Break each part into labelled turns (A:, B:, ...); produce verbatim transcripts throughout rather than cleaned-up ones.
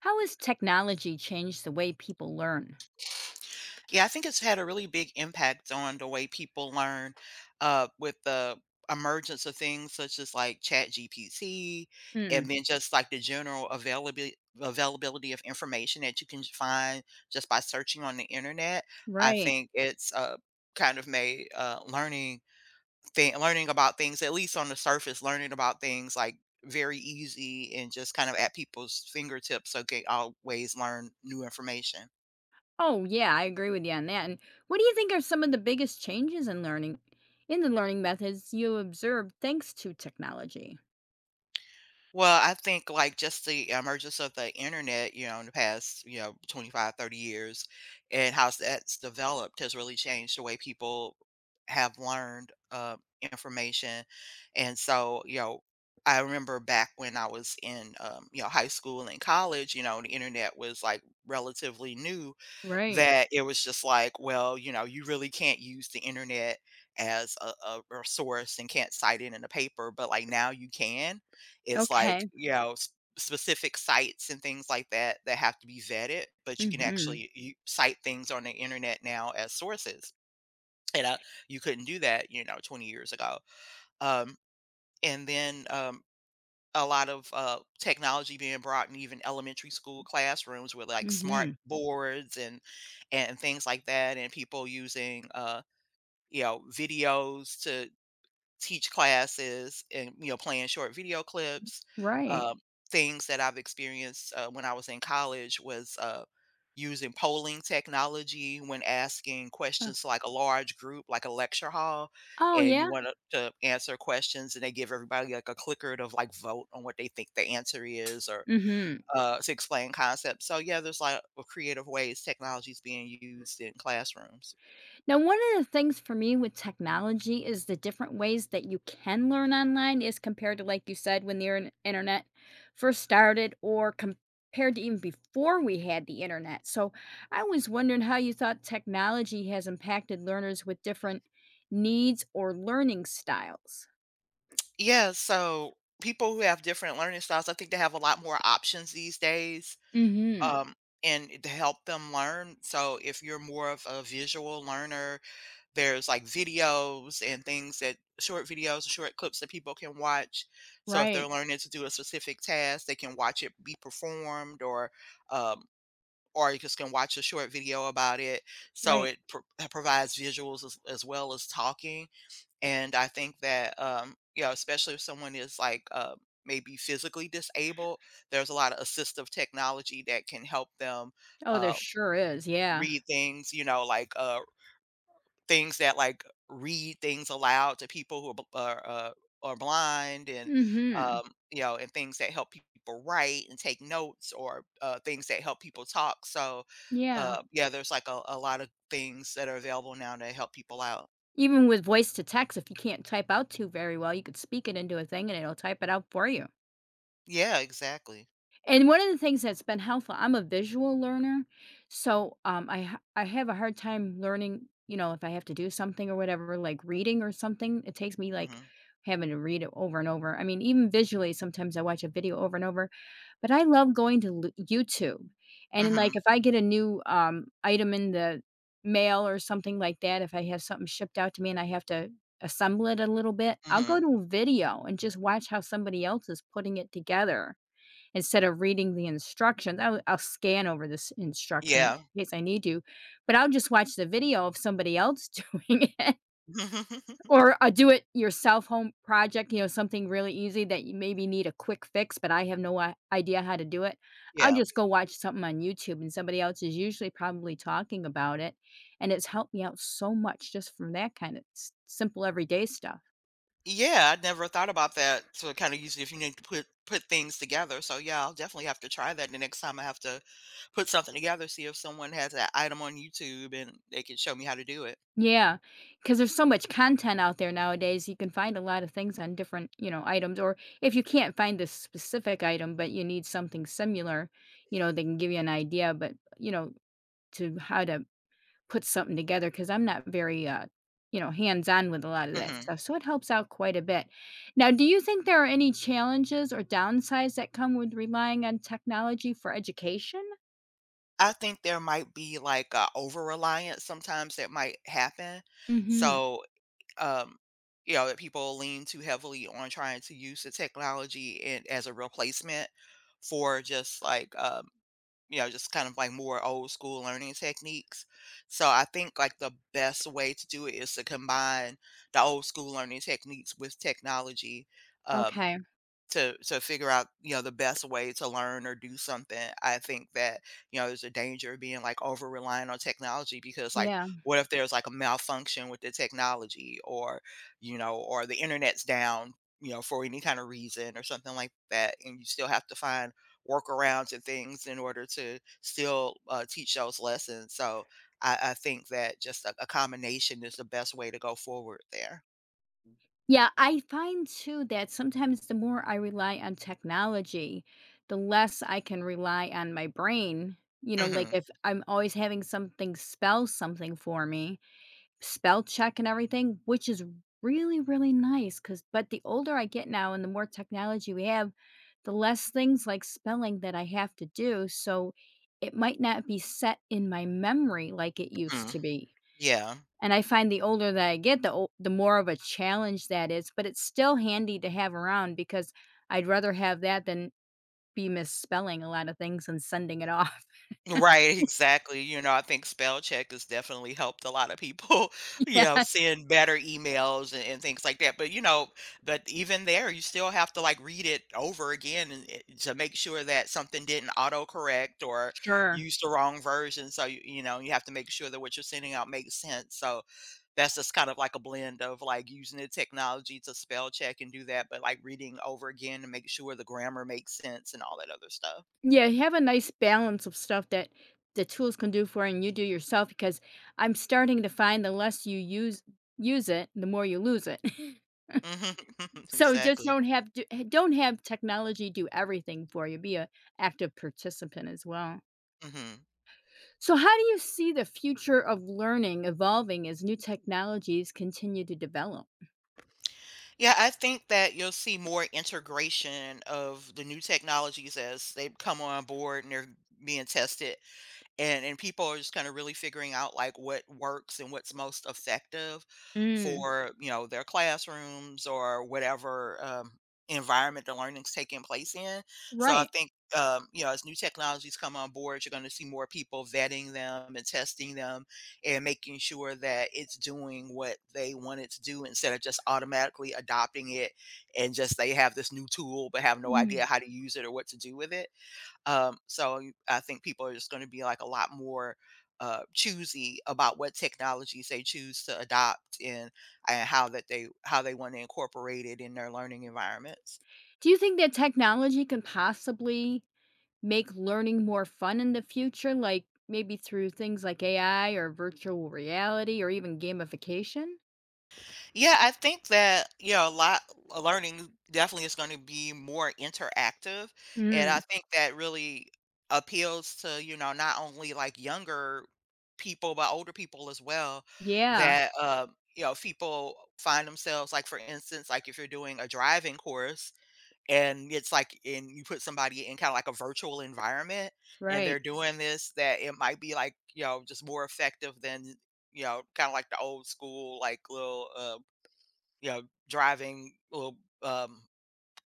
A: How has technology changed the way people learn?
B: Yeah, I think it's had a really big impact on the way people learn uh, with the emergence of things such as like chat G P T
A: Mm,
B: and then just like the general availability availability of information that you can j- find just by searching on the internet. I
A: right.
B: think it's uh, kind of made uh, learning thing learning about things at least on the surface, learning about things like very easy and just kind of at people's fingertips so they always learn new information.
A: Oh, yeah, I agree with you on that. And what do you think are some of the biggest changes in learning, in the learning methods you observed thanks to technology?
B: Well, I think, like, just the emergence of the internet, you know, in the past, you know, twenty five, thirty years, and how that's developed has really changed the way people have learned uh, information. And so, you know, I remember back when I was in, um, you know, high school and college, you know, the internet was like relatively new,
A: Right.
B: that it was just like, well, you know, you really can't use the internet as a, a, a source and can't cite it in a paper, but like now you can. It's like,
A: Okay.
B: you know, s specific sites and things like that that have to be vetted, but you can
A: Mm-hmm.
B: actually you cite things on the internet now as sources, and, uh, you couldn't do that, you know, twenty years ago. Um, and then, um, a lot of, uh, technology being brought in even elementary school classrooms with, like, smart
A: Mm-hmm.
B: boards and and things like that, and people using, uh, you know, videos to teach classes and, you know, playing short video clips.
A: Right.
B: Um, things that I've experienced, uh, when I was in college was, uh, using polling technology when asking
A: Uh,
B: questions to, like, a large group, like a lecture hall,
A: oh,
B: and
A: yeah.
B: you want to to answer questions, and they give everybody, like, a clicker to, like, vote on what they think the answer is or
A: Mm-hmm.
B: uh, to explain concepts. So yeah, there's like, a lot of creative ways technology is being used in classrooms.
A: Now, one of the things for me with technology is the different ways that you can learn online is compared to, like you said, when the intern- internet first started or compared to even before we had the internet. So I was wondering how you thought technology has impacted learners with different needs or learning styles.
B: Yeah, so people who have different learning styles, I think they have a lot more options these days
A: Hmm.
B: um, and to help them learn. So if you're more of a visual learner, there's like videos and things that short videos, and short clips that people can watch. So if they're
A: Right,
B: learning to do a specific task, they can watch it be performed or um or you just can watch a short video about it. So
A: right.
B: it pro- provides visuals as, as well as talking. And I think that, um, you know, especially if someone is like uh, maybe physically disabled, there's a lot of assistive technology that can help them
A: Oh, there
B: uh,
A: sure is. Yeah.
B: read things, you know, like uh, things that like read things aloud to people who are, bl- are uh, are blind and
A: Hmm.
B: um, you know and things that help people write and take notes or uh, things that help people talk so
A: Yeah.
B: uh, yeah there's like a, a lot of things that are available now to help people out.
A: Even with voice to text, if you can't type out too very well, you could speak it into a thing and it'll type it out for you.
B: Yeah, exactly.
A: And one of the things that's been helpful, I'm a visual learner, so, um, I ha I have a hard time learning, you know, if I have to do something or whatever, like reading or something, it takes me, like,
B: Hmm.
A: having to read it over and over. I mean, even visually, sometimes I watch a video over and over, but I love going to l YouTube, and then, like,
B: Hmm.
A: if I get a new, um, item in the mail or something like that, if I have something shipped out to me and I have to assemble it a little bit, I'll go
B: Hmm.
A: to a video and just watch how somebody else is putting it together. Instead of reading the instructions, I'll I'll scan over this instruction
B: Yeah.
A: in case I need to, but I'll just watch the video of somebody else doing it or a do it yourself home project, you know, something really easy that you maybe need a quick fix, but I have no I idea how to do it. I'll
B: Yeah.
A: just go watch something on YouTube and somebody else is usually probably talking about it, and it's helped me out so much just from that kind of s simple everyday stuff.
B: Yeah, I never thought about that. So it kind of usually if you need to put put things together. So yeah, I'll definitely have to try that the next time I have to put something together, see if someone has that item on YouTube and they can show me how to do it.
A: Yeah, because there's so much content out there nowadays. You can find a lot of things on different, you know, items. Or if you can't find this specific item, but you need something similar, you know, they can give you an idea. But you know, to how to put something together. Because I'm not very, uh, you know, hands-on with a lot of that
B: Hmm.
A: stuff, so it helps out quite a bit. Now, do you think there are any challenges or downsides that come with relying on technology for education?
B: I think there might be like a over reliance sometimes that might happen.
A: Mm-hmm.
B: So um, you know, that people lean too heavily on trying to use the technology and as a replacement for just like um, you know, just kind of like more old school learning techniques. So I think like the best way to do it is to combine the old school learning techniques with technology. Um,
A: Okay.
B: to to figure out, you know, the best way to learn or do something. I think that, you know, there's a danger of being like over reliant on technology because like
A: Yeah.
B: what if there's like a malfunction with the technology or, you know, or the internet's down, you know, for any kind of reason or something like that. And you still have to find workarounds and things in order to still uh, teach those lessons. So I, I think that just a, a combination is the best way to go forward there.
A: Yeah, I find too that sometimes the more I rely on technology, the less I can rely on my brain. You know, like
B: Hmm.
A: if I'm always having something spell something for me, spell check and everything, which is really, really nice. Cause, but the older I get now and the more technology we have, the less things like spelling that I have to do. So it might not be set in my memory like it used
B: Hmm.
A: to be.
B: Yeah.
A: And I find the older that I get, the o the more of a challenge that is, but it's still handy to have around because I'd rather have that than be misspelling a lot of things and sending it off.
B: Right, exactly. You know, I think spell check has definitely helped a lot of people, you know,
A: Yeah.
B: send better emails and, and things like that. But, you know, but even there, you still have to like read it over again and, it- to make sure that something didn't autocorrect or
A: Sure.
B: use the wrong version. So, you, you know, you have to make sure that what you're sending out makes sense. So that's just kind of like a blend of like using the technology to spell check and do that, but like reading over again to make sure the grammar makes sense and all that other stuff.
A: Yeah, you have a nice balance of stuff that the tools can do for you and you do yourself because I'm starting to find the less you use use it, the more you lose it.
B: Mhm.
A: So just
B: Exactly.
A: don't have d don't have technology do everything for you. Be a active participant as well.
B: Mhm.
A: So, how do you see the future of learning evolving as new technologies continue to develop?
B: Yeah, I think that you'll see more integration of the new technologies as they come on board and they're being tested and and people are just kind of really figuring out like what works and what's most effective
A: Mm.
B: for you know their classrooms or whatever um, environment the learning's taking place in. So I
A: Right.
B: think um, you know as new technologies come on board you're going to see more people vetting them and testing them and making sure that it's doing what they want it to do instead of just automatically adopting it and just they have this new tool but have no
A: Mm.
B: idea how to use it or what to do with it. Um, so you- I think people are just going to be like a lot more uh, choosy about what technologies they choose to adopt and and how that they how they want to incorporate it in their learning environments.
A: Do you think that technology can possibly make learning more fun in the future, like maybe through things like A I or virtual reality or even gamification?
B: Yeah, I think that, you know, a lot a learning definitely is going to be more interactive. And I
A: Mm.
B: think that really appeals to, you know, not only like younger people, but older people as well.
A: Yeah,
B: That, um, you know, people find themselves, like, for instance, like if you're doing a driving course and it's like, and you put somebody in kind of like a virtual environment and
A: right.
B: they're doing this, that it might be like, you know, just more effective than, you know, kind of like the old school, like little uh, you know, driving little um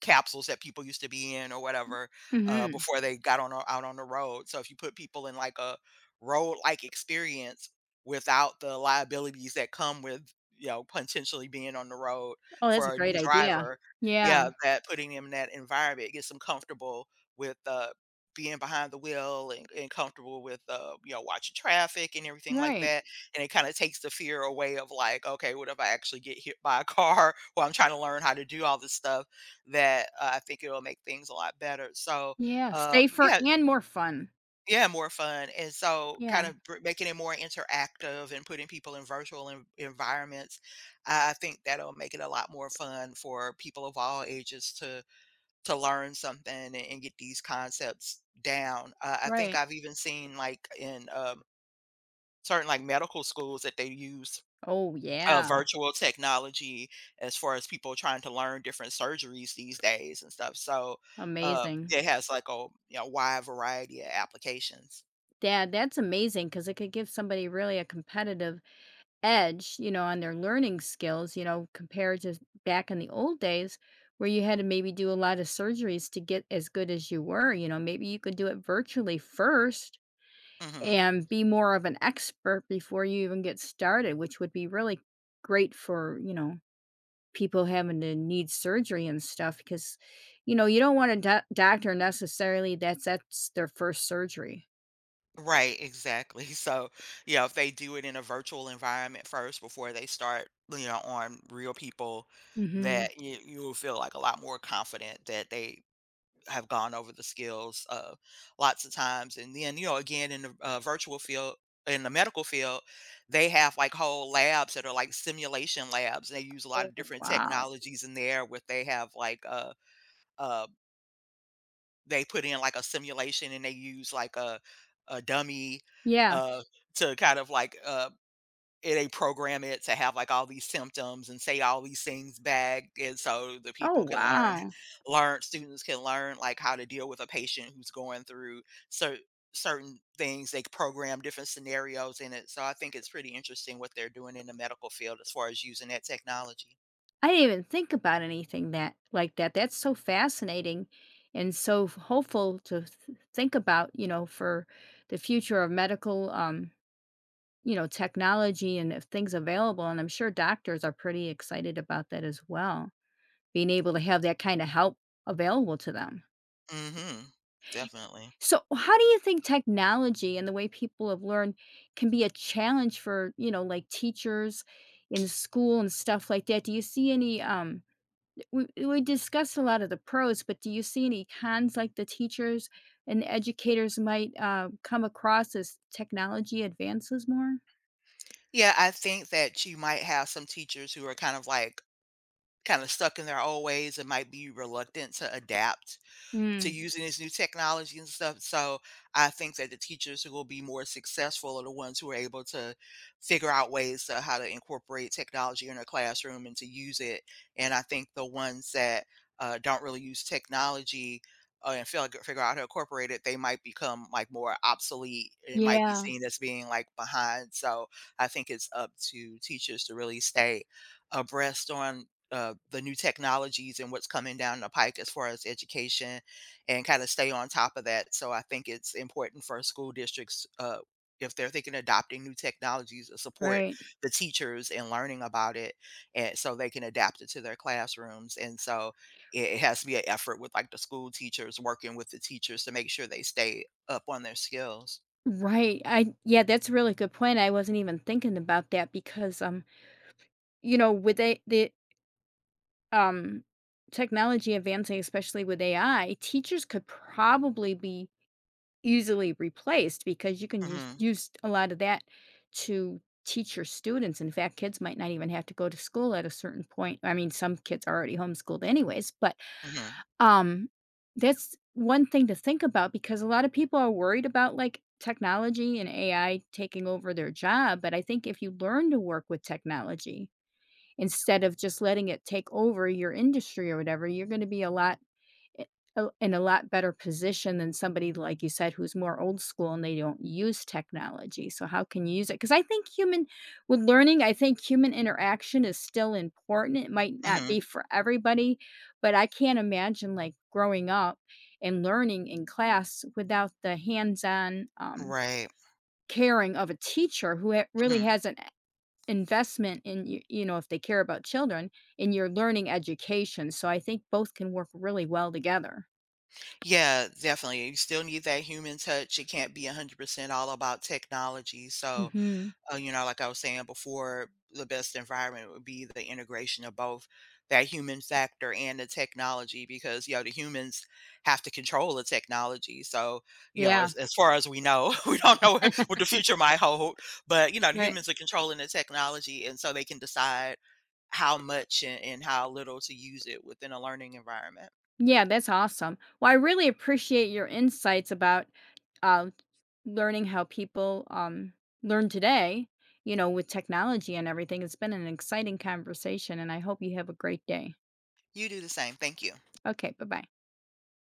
B: capsules that people used to be in or whatever, uh,
A: Mhm.
B: before they got on o- out on the road. So if you put people in like a road like experience without the liabilities that come with, you know, potentially being on the road
A: Oh, that's a
B: for a
A: great
B: new
A: idea.
B: driver,
A: Yeah,
B: yeah, that putting them in that environment gets them comfortable with uh, being behind the wheel and, and comfortable with uh, you know watching traffic and everything like
A: right.
B: that, and it kind of takes the fear away of like, okay, what if I actually get hit by a car while I'm trying to learn how to do all this stuff that, uh, I think it'll make things a lot better. So,
A: Yeah,
B: uh,
A: safer
B: yeah,
A: and more fun.
B: yeah, more fun. And so
A: Yeah,
B: kind of br- making it more interactive and putting people in virtual en- environments, I I think that'll make it a lot more fun for people of all ages to to learn something and, and get these concepts down. Uh, I think
A: right.
B: I've even seen like in um, certain like medical schools that they use
A: Oh,
B: uh,
A: yeah.
B: virtual technology as far as people trying to learn different surgeries these days and stuff. So, uh,
A: Amazing.
B: it has like a you know wide variety of applications.
A: Dad, that's amazing because it could give somebody really a competitive edge, you know, on their learning skills, you know, compared to back in the old days where you had to maybe do a lot of surgeries to get as good as you were. You know, maybe you could do it virtually first
B: Hmm.
A: and be more of an expert before you even get started, which would be really great for, you know, people having to need surgery and stuff because, you know, you don't want a doc- doctor necessarily that's that's their first surgery.
B: Right, exactly. So, you know, if they do it in a virtual environment first before they start, you know, on real people,
A: Hmm.
B: that you you will feel like a lot more confident that they have gone over the skills uh, lots of times. And then, you know, again, in the uh, virtual field, in the medical field, they have like whole labs that are like simulation labs. They use a lot
A: Oh,
B: of different
A: wow.
B: technologies in there where they have like, uh, uh, they put in like a simulation and they use like a, a dummy
A: Yeah.
B: uh, to kind of like uh, it they program it to have, like, all these symptoms and say all these things back, and so the
A: Oh,
B: people can learn
A: wow.
B: learn students can learn, like, how to deal with a patient who's going through cer certain things. They program different scenarios in it, so I think it's pretty interesting what they're doing in the medical field as far as using that technology.
A: I didn't even think about anything that like that. That's so fascinating and so f- hopeful to th- think about, you know, for the future of medical um, you know, technology and if things available and I'm sure doctors are pretty excited about that as well, being able to have that kind of help available to them.
B: Mhm. Definitely.
A: So, how do you think technology and the way people have learned can be a challenge for, you know, like teachers in school and stuff like that? Do you see any um We we discussed a lot of the pros, but do you see any cons like the teachers and educators might uh, come across as technology advances more?
B: Yeah, I think that you might have some teachers who are kind of, like, kinda stuck in their old ways and might be reluctant to adapt to
A: Mm,
B: using this new technology and stuff. So I think that the teachers who will be more successful are the ones who are able to figure out ways to how to incorporate technology in their classroom and to use it. And I think the ones that uh, don't really use technology uh, and feel, figure out how to incorporate it, they might become like more obsolete. It might be
A: yeah,
B: seen as being like behind. So I think it's up to teachers to really stay abreast on uh, the new technologies and what's coming down the pike as far as education and kinda stay on top of that. So I think it's important for school districts, uh, if they're thinking of adopting new technologies to support
A: right.
B: the teachers in learning about it, and so they can adapt it to their classrooms. And so it it has to be an effort with, like, the school teachers working with the teachers to make sure they stay up on their skills.
A: Right. I Yeah, that's a really good point. I wasn't even thinking about that because um, you know, with a, the um technology advancing, especially with A I, teachers could probably be easily replaced because you can just
B: Mhm,
A: use a lot of that to teach your students. In fact, kids might not even have to go to school at a certain point. I mean, some kids are already homeschooled anyways, but,
B: mhm,
A: um, that's one thing to think about because a lot of people are worried about, like, technology and A I taking over their job, but I think if you learn to work with technology instead of just letting it take over your industry or whatever, you're gonna be a lot I a in a lot better position than somebody, like you said, who's more old school and they don't use technology, so how can you use it? Because I think human with learning, I think human interaction is still important, it might not
B: mhm,
A: be for everybody, but I can't imagine, like, growing up and learning in class without the hands-on, um,
B: right,
A: caring of a teacher who ha really
B: mhm.
A: has an investment in you you know, if they care about children, in your learning education, so I think both can work really well together.
B: Yeah, definitely. You still need that human touch. It can't be one hundred percent all about technology. So
A: Mhm.
B: uh, you know, like I was saying before, the best environment would be the integration of both that human factor and the technology because, you know, the humans have to control the technology. So, you know,
A: Yeah.
B: as, as far as we know, we don't know what, what the future might hold, but, you know, the
A: Right.
B: humans are controlling the technology. And so they can decide how much and, and how little to use it within a learning environment.
A: Yeah, that's awesome. Well, I really appreciate your insights about uh, learning how people um, learn today, you know, with technology and everything. It's been an exciting conversation, and I hope you have a great day.
B: You do the same. Thank you.
A: Okay, bye bye.